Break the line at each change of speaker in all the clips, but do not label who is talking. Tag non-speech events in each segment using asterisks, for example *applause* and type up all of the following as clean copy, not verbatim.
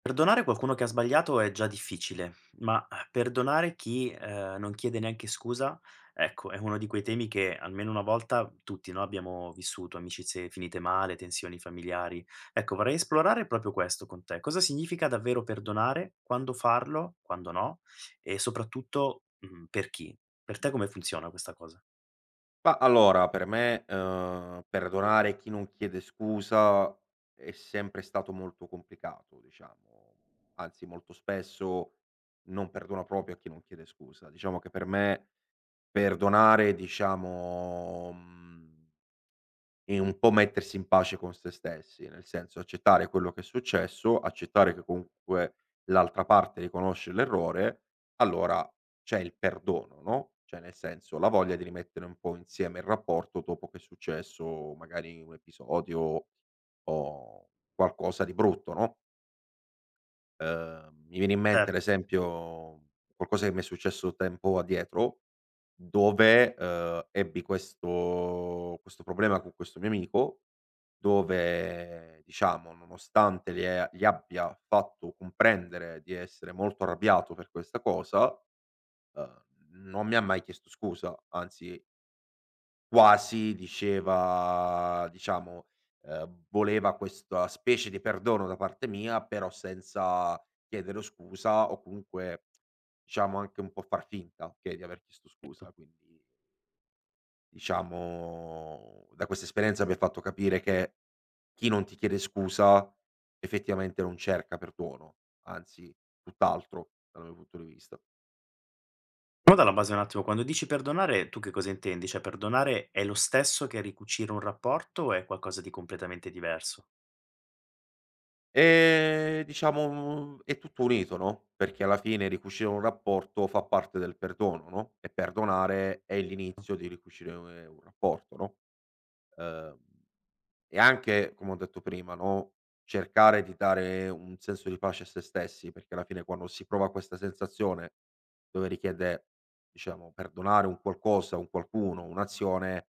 Perdonare qualcuno che ha sbagliato è già difficile, ma perdonare chi, non chiede neanche scusa, ecco, è uno di quei temi che almeno una volta tutti, no, abbiamo vissuto, amicizie finite male, tensioni familiari. Ecco, vorrei esplorare proprio questo con te. Cosa significa davvero perdonare? Quando farlo? Quando no? E soprattutto, per chi? Per te come funziona questa cosa?
Ma allora, per me, perdonare chi non chiede scusa è sempre stato molto complicato, diciamo, anzi molto spesso non perdono proprio a chi non chiede scusa. Diciamo che per me perdonare, diciamo, mhmm e un po' mettersi in pace con se stessi, nel senso accettare quello che è successo, accettare che comunque l'altra parte riconosce l'errore, allora c'è il perdono, no, cioè nel senso la voglia di rimettere un po' insieme il rapporto dopo che è successo magari un episodio o qualcosa di brutto, no. Mi viene in mente ad
Certo.
esempio qualcosa che mi è successo tempo addietro, dove, ebbi questo problema con questo mio amico dove diciamo, nonostante le a gli abbia fatto comprendere di essere molto arrabbiato per questa cosa, uhm, non mi ha mai chiesto scusa, anzi quasi diceva diciamo, voleva questa specie di perdono da parte mia, però senza chiedere scusa o comunque diciamo anche un po' far finta, okay, di aver chiesto scusa, quindi diciamo, da questa esperienza mi ha fatto capire che chi non ti chiede scusa effettivamente non cerca perdono, anzi tutt'altro dal mio punto di vista.
Partiamo dalla base un attimo, quando dici perdonare tu che cosa intendi? Cioè perdonare è lo stesso che ricucire un rapporto o è qualcosa di completamente diverso?
Diciamo è tutto unito, no, perché alla fine ricucire un rapporto fa parte del perdono, no, e perdonare è l'inizio di ricucire un rapporto, no, ehm e anche, come ho detto prima, no, cercare di dare un senso di pace a se stessi, perché alla fine quando si prova questa sensazione dove richiede, diciamo, perdonare un qualcosa, un qualcuno, un'azione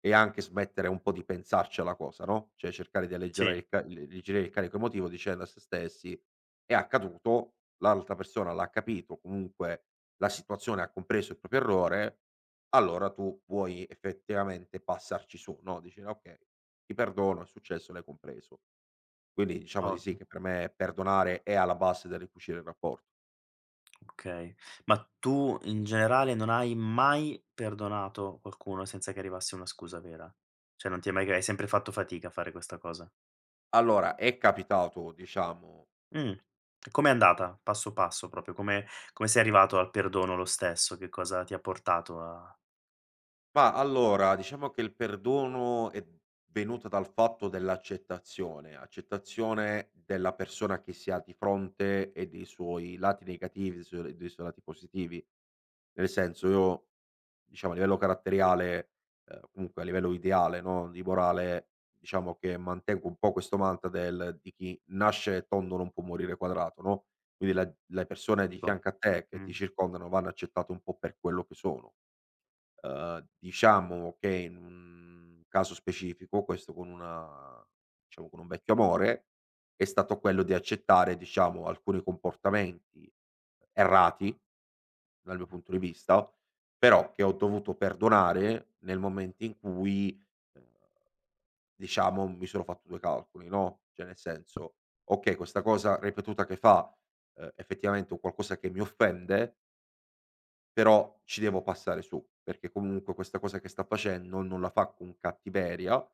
e anche smettere un po' di pensarci alla cosa, no, cioè cercare di alleggerare
Sì,
il ca l alleggerire il carico emotivo dicendo a se stessi: "È accaduto, l'altra persona l'ha capito, comunque la situazione ha compreso il proprio errore, allora tu puoi effettivamente passarci su", no, dici: "No, okay, ti perdono, è successo, l'hai compreso". Quindi diciamo di sì
ovvio,
che per me perdonare è alla base del ricucire il rapporto.
okay. Ma tu in generale non hai mai perdonato qualcuno senza che arrivasse una scusa vera? Cioè non ti è mai hai sempre fatto fatica a fare questa cosa?
Allora, è capitato diciamo
Mh. E com'è andata? Passo passo proprio, come come sei arrivato al perdono lo stesso? Che cosa ti ha portato a
ma allora, diciamo che il perdono è venuto dal fatto dell'accettazione, accettazione della persona che si ha di fronte e dei suoi lati negativi, dei suoi lati positivi. Nel senso, io diciamo a livello caratteriale, comunque a livello ideale, no, di morale, diciamo che mantengo un po' questo mantra del di chi nasce tondo non può morire quadrato, no, quindi la le persone di
dico
fianco a te che ti
mh.
circondano vanno accettate un po' per quello che sono. Diciamo che in un caso specifico, questo con una diciamo con un vecchio amore, è stato quello di accettare, diciamo, alcuni comportamenti errati, dal mio punto di vista, però che ho dovuto perdonare nel momento in cui, uhm, diciamo mi sono fatto 2 calcoli, no, cioè nel senso: "Okay, questa cosa ripetuta che fa, effettivamente è un qualcosa che mi offende, però ci devo passare su, perché comunque questa cosa che sta facendo non la fa con cattiveria,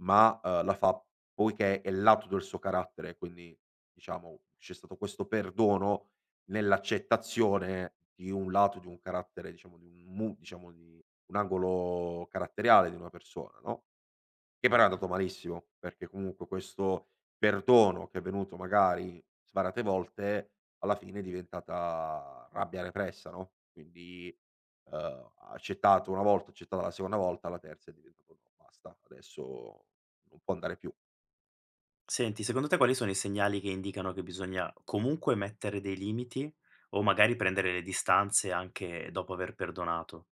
ma, la fa poiché è lato del suo carattere, quindi diciamo c'è stato questo perdono nell'accettazione di un lato, di un carattere, diciamo di un mu diciamo di un angolo caratteriale di una persona, no? Che però è andato malissimo, perché comunque questo perdono che è venuto magari svariate volte, alla fine è diventata rabbia repressa, no, quindi, accettato una volta, accettata la seconda volta, alla terza è diventato: "No, basta, adesso non può andare più".
Senti, secondo te quali sono i segnali che indicano che bisogna comunque mettere dei limiti o magari prendere le distanze anche dopo aver perdonato?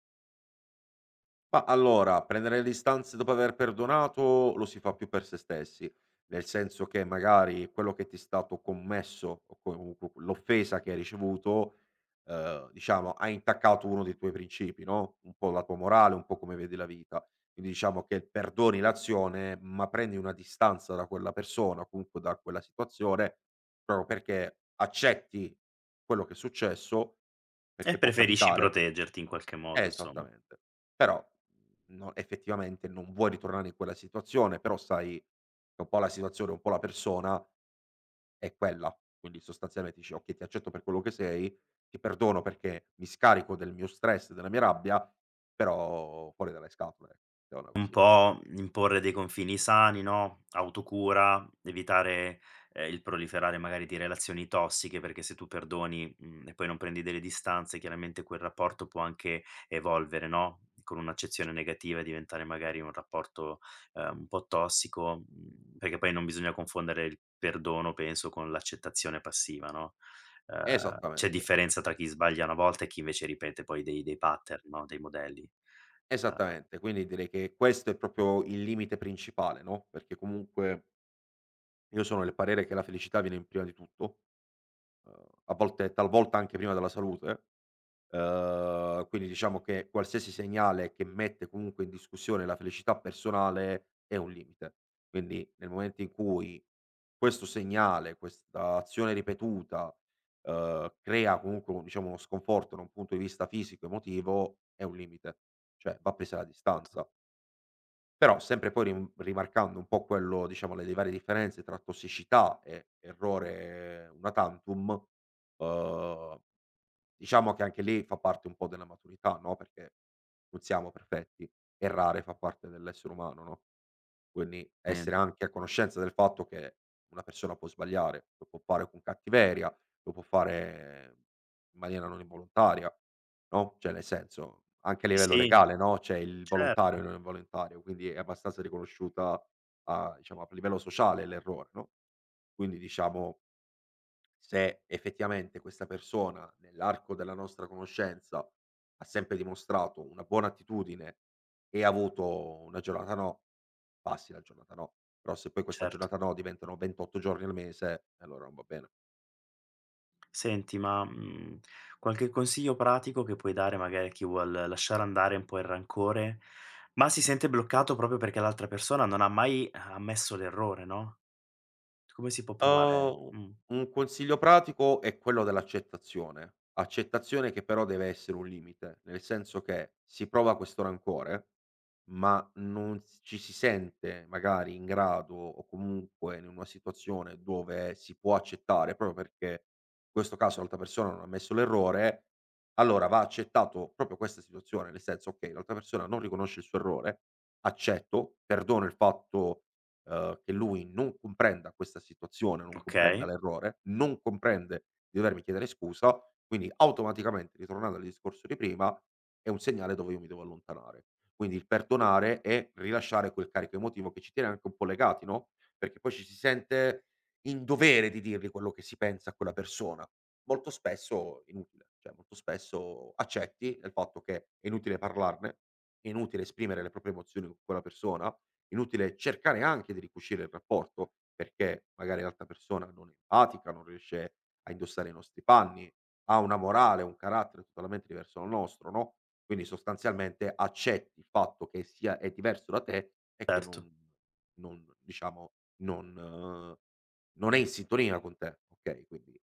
Ma allora, prendere le distanze dopo aver perdonato lo si fa più per se stessi, nel senso che magari quello che ti è stato commesso o comunque l'offesa che hai ricevuto, diciamo ha intaccato uno dei tuoi principi, no, un po' la tua morale, un po' come vedi la vita. Quindi diciamo che perdoni l'azione, ma prendi una distanza da quella persona, o comunque da quella situazione, proprio perché accetti quello che è successo, perché
E
può
preferisci
capitare
proteggerti in qualche modo, insomma.
esattamente. Però, no effettivamente non vuoi ritornare in quella situazione, però sai che un po' la situazione, un po' la persona è quella. Quindi sostanzialmente dici: "Okay, ti accetto per quello che sei, ti perdono perché mi scarico del mio stress, della mia rabbia, però fuori dalle scatole", ecco, mettiamola
Un
così.
po' imporre dei confini sani, no, autocura, evitare, il proliferare magari di relazioni tossiche, perché se tu perdoni, mhmm, e poi non prendi delle distanze, chiaramente quel rapporto può anche evolvere, no, con un'accezione negativa e diventare magari un rapporto, un po' tossico, mhmm, perché poi non bisogna confondere il perdono, penso, con l'accettazione passiva, no, c'è
Esattamente, es
differenza tra chi sbaglia una volta e chi invece ripete poi dei pattern, no, dei modelli.
esattamente. Quindi direi che questo è proprio il limite principale, no, perché comunque io sono del parere che la felicità viene in prima di tutto, a volte talvolta anche prima della salute. Quindi diciamo che qualsiasi segnale che mette comunque in discussione la felicità personale è un limite. Quindi nel momento in cui questo segnale, questa azione ripetuta, crea comunque un diciamo uno sconforto da un punto di vista fisico, emotivo, è un limite, cioè va presa la distanza. Però sempre poi rimarcando un po' quello diciamo le varie differenze tra tossicità e errore una tantum, uhm diciamo che anche lì fa parte un po' della maturità, no, perché non siamo perfetti, errare fa parte dell'essere umano, no, quindi
Eh,
essere anche a conoscenza del fatto che una persona può sbagliare, lo può fare con cattiveria, lo può fare in maniera non involontaria, no, cioè nel senso anche a
Sì,
livello
sì,
legale, no, c'è il volontario e
certo,
il non volontario, quindi è abbastanza riconosciuta a diciamo a livello sociale l'errore, no, quindi diciamo se effettivamente questa persona, nell'arco della nostra conoscenza, ha sempre dimostrato una buona attitudine e ha avuto una giornata no, passi la giornata no. Però se poi questa
certo.
giornata no diventano 28 giorni al mese, allora non va bene.
Senti, ma, mhmm, qualche consiglio pratico che puoi dare magari a chi vuol lasciare andare un po' il rancore, ma si sente bloccato proprio perché l'altra persona non ha mai ammesso l'errore, no, come si può provare
Uhm, un consiglio pratico è quello dell'accettazione. Accettazione che però deve essere un limite, nel senso che si prova questo rancore, ma non s ci si sente magari in grado o comunque in una situazione dove si può accettare, proprio perché in questo caso l'altra persona non ha ammesso l'errore, allora va accettato proprio questa situazione, nel senso: "Okay, l'altra persona non riconosce il suo errore, accetto, perdono il fatto che lui non comprenda questa situazione, non comprenda
okay,
l'errore, non comprende di dovermi chiedere scusa, quindi automaticamente, ritornando al discorso di prima, è un segnale dove io mi devo allontanare. Quindi il perdonare e rilasciare quel carico emotivo che ci tiene anche un po' legati, no, perché poi ci si sente in dovere di dirgli quello che si pensa a quella persona. Molto spesso inutile, cioè molto spesso accetti del fatto che è inutile parlarne, è inutile esprimere le proprie emozioni con quella persona. Inutile cercare anche di ricucire il rapporto, perché magari l'altra persona non è empatica, non riesce a indossare i nostri panni, ha una morale, un carattere totalmente diverso dal nostro, no, quindi sostanzialmente accetti il fatto che sia è diverso da te e che non
certo,
non diciamo non non è in sintonia con te, okay, quindi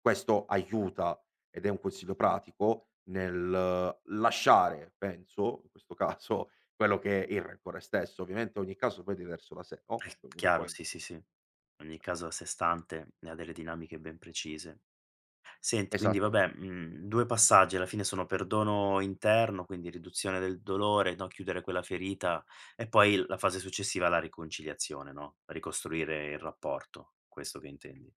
questo aiuta ed è un consiglio pratico nel lasciare penso, in questo caso, quello che è il rancore stesso. Ovviamente ogni caso poi è diverso da sé, no,
è
perché ognuno
chiaro,
poi
sì, sì, sì. In ogni caso a sé stante e ha delle dinamiche ben precise. Senti, quindi
esattamente.
vabbè, mhmm, 2 passaggi alla fine sono perdono interno, quindi riduzione del dolore, no, chiudere quella ferita e poi la fase successiva, la riconciliazione, no, ricostruire il rapporto, questo che intendi?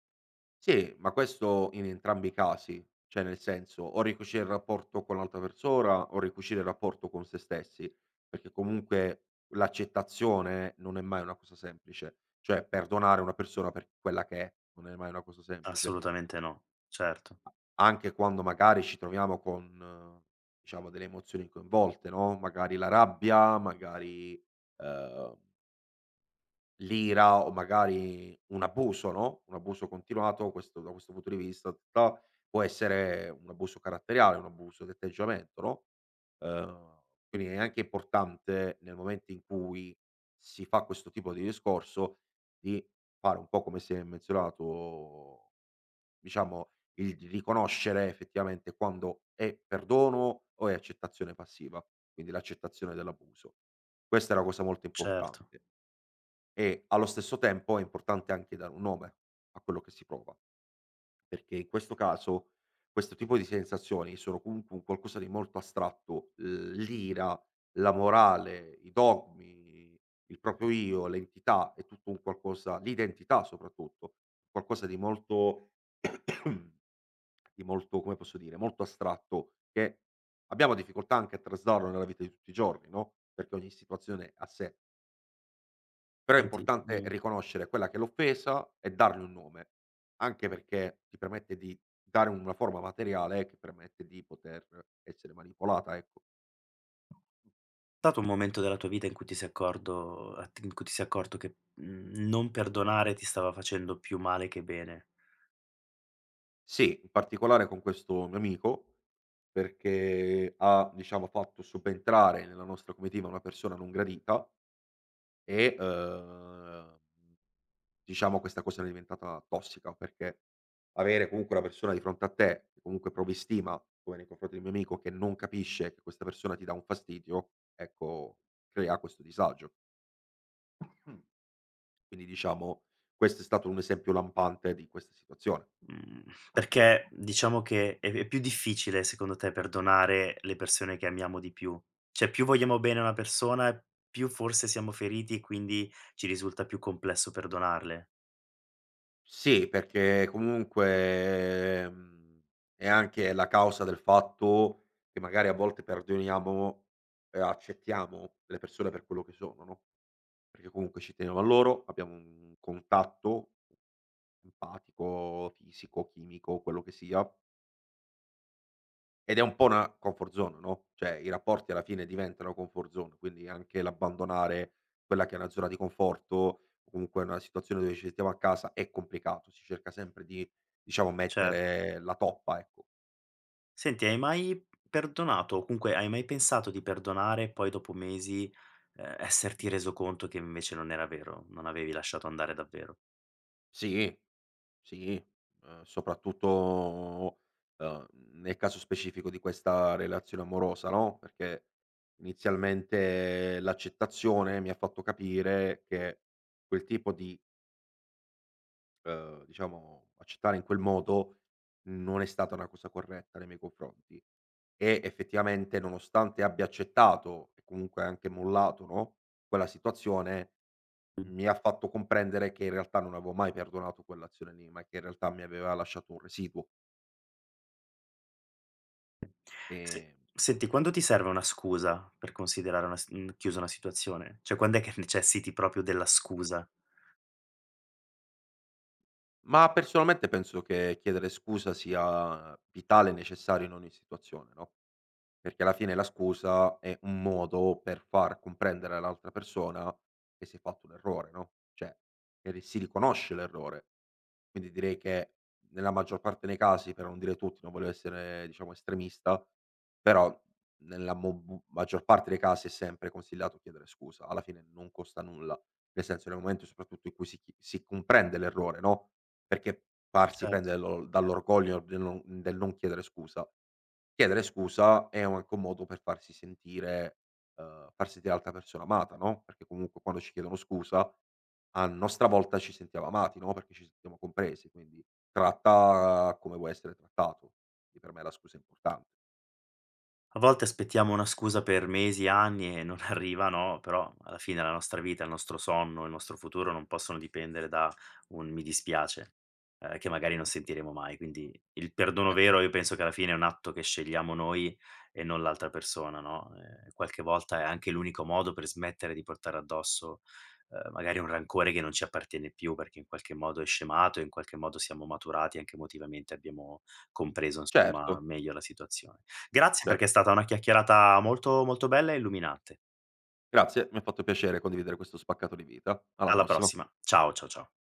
Sì, ma questo in entrambi i casi, cioè nel senso, o ricucire il rapporto con l'altra persona o ricucire il rapporto con se stessi, perché comunque l'accettazione non è mai una cosa semplice, cioè perdonare una persona per quella che è, non è mai una cosa semplice,
Assolutamente no, certo,
anche quando magari ci troviamo con, diciamo, delle emozioni coinvolte, no, magari la rabbia, magari, ehm l'ira o magari un abuso, no, un abuso continuato, questo da questo punto di vista ta può essere un abuso caratteriale, un abuso di atteggiamento, no, ehm, quindi è anche importante nel momento in cui si fa questo tipo di discorso, di fare un po' come si è menzionato, diciamo, il di riconoscere effettivamente quando è perdono o è accettazione passiva, quindi l'accettazione dell'abuso. Questa è una cosa molto
certo.
importante. E allo stesso tempo è importante anche dare un nome a quello che si prova, perché in questo caso questo tipo di sensazioni sono comunque un qualcosa di molto astratto, l'ira, la morale, i dogmi, il proprio io, l'entità è tutto un qualcosa l'identità soprattutto, qualcosa di molto *coughs* *clears throat* di molto, come posso dire, molto astratto che abbiamo difficoltà anche a traslarlo nella vita di tutti i giorni, no, perché ogni situazione è a sé. Però è
Senti,
importante
mhmm,
riconoscere quella che è l'offesa e dargli un nome, anche perché ti permette di dare una forma materiale che permette di poter essere manipolata, ecco.
c'è stato un momento della tua vita in cui ti sei accordo a t in cui ti sei accorto che, mhmm, non perdonare ti stava facendo più male che bene?
Sì, in particolare con questo mio amico, perché ha, diciamo, fatto subentrare nella nostra comitiva una persona non gradita e, diciamo questa cosa era diventata tossica, perché avere comunque una persona di fronte a te, che comunque provi stima, come nei confronti di un mio amico, che non capisce che questa persona ti dà un fastidio, ecco, crea questo disagio. Mm. Quindi diciamo, questo è stato un esempio lampante di questa situazione.
Mhmm, perché diciamo che è più difficile secondo te perdonare le persone che amiamo di più? Cioè più vogliamo bene a una persona, più forse siamo feriti e quindi ci risulta più complesso perdonarle.
Sì, perché comunque, mhmm, è anche la causa del fatto che magari a volte perdoniamo e accettiamo le persone per quello che sono, no? Perché comunque ci tenevo a loro, abbiamo un contatto empatico, fisico, chimico, quello che sia, ed è un po' una comfort zone, no, cioè i rapporti alla fine diventano comfort zone, quindi anche l'abbandonare quella che è una zona di conforto, o comunque una situazione dove ci sentiamo a casa è complicato, si cerca sempre di, diciamo,
Certo.
mettere la toppa, ecco.
Senti, hai mai perdonato o comunque hai mai pensato di perdonare e poi dopo mesi, esserti reso conto che invece non era vero, non avevi lasciato andare davvero?
Sì. Sì, soprattutto, uhm, nel caso specifico di questa relazione amorosa, no, perché inizialmente l'accettazione mi ha fatto capire che quel tipo di diciamo, accettare in quel modo non è stata una cosa corretta nei miei confronti e effettivamente nonostante abbia accettato e comunque anche mollato, no, quella situazione mi ha fatto comprendere che in realtà non avevo mai perdonato quell'azione lì, ma che in realtà mi aveva lasciato un residuo.
Se
Ehm,
senti, quando ti serve una scusa per considerare una s mhmm, chiusa una situazione? Cioè quand'è che necessiti proprio della scusa?
ma personalmente penso che chiedere scusa sia vitale e necessario in ogni situazione, no? Perché alla fine la scusa è un modo per far comprendere all'altra persona che si è fatto un errore, no, cioè che ri si riconosce l'errore. Quindi direi che nella maggior parte dei casi, per non dire tutti, non voglio essere diciamo estremista, però nella mo bu maggior parte dei casi è sempre consigliato chiedere scusa. Alla fine non costa nulla, nel senso nel momento soprattutto in cui si comprende l'errore, no, perché farsi
Certo.
prendere lo dall'orgoglio del non chiedere scusa. Chiedere scusa è un anche un modo per farsi sentire far sentire l'altra persona amata, no, perché comunque quando ci chiedono scusa, a nostra volta ci sentiamo amati, no, perché ci sentiamo compresi, quindi tratta come vuoi essere trattato. Quindi per me la scusa è importante.
A volte aspettiamo una scusa per mesi, anni e non *laughs* arriva, no, però alla fine la nostra vita, il nostro sonno, il nostro futuro non possono dipendere da un "mi dispiace", che magari non sentiremo mai. Quindi il perdono
Eh,
vero io penso che alla fine è un atto che scegliamo noi e non l'altra persona, no, qualche volta è anche l'unico modo per smettere di portare addosso, magari un rancore che non ci appartiene più, perché in qualche modo è scemato, in qualche modo siamo maturati anche emotivamente, abbiamo compreso insomma
certo,
meglio la situazione. Grazie
cer
perché è stata una chiacchierata molto, molto bella e illuminante.
grazie, mi ha fatto piacere condividere questo spaccato di vita. Alla
Alla
prossima.
prossima. Ciao, ciao, ciao.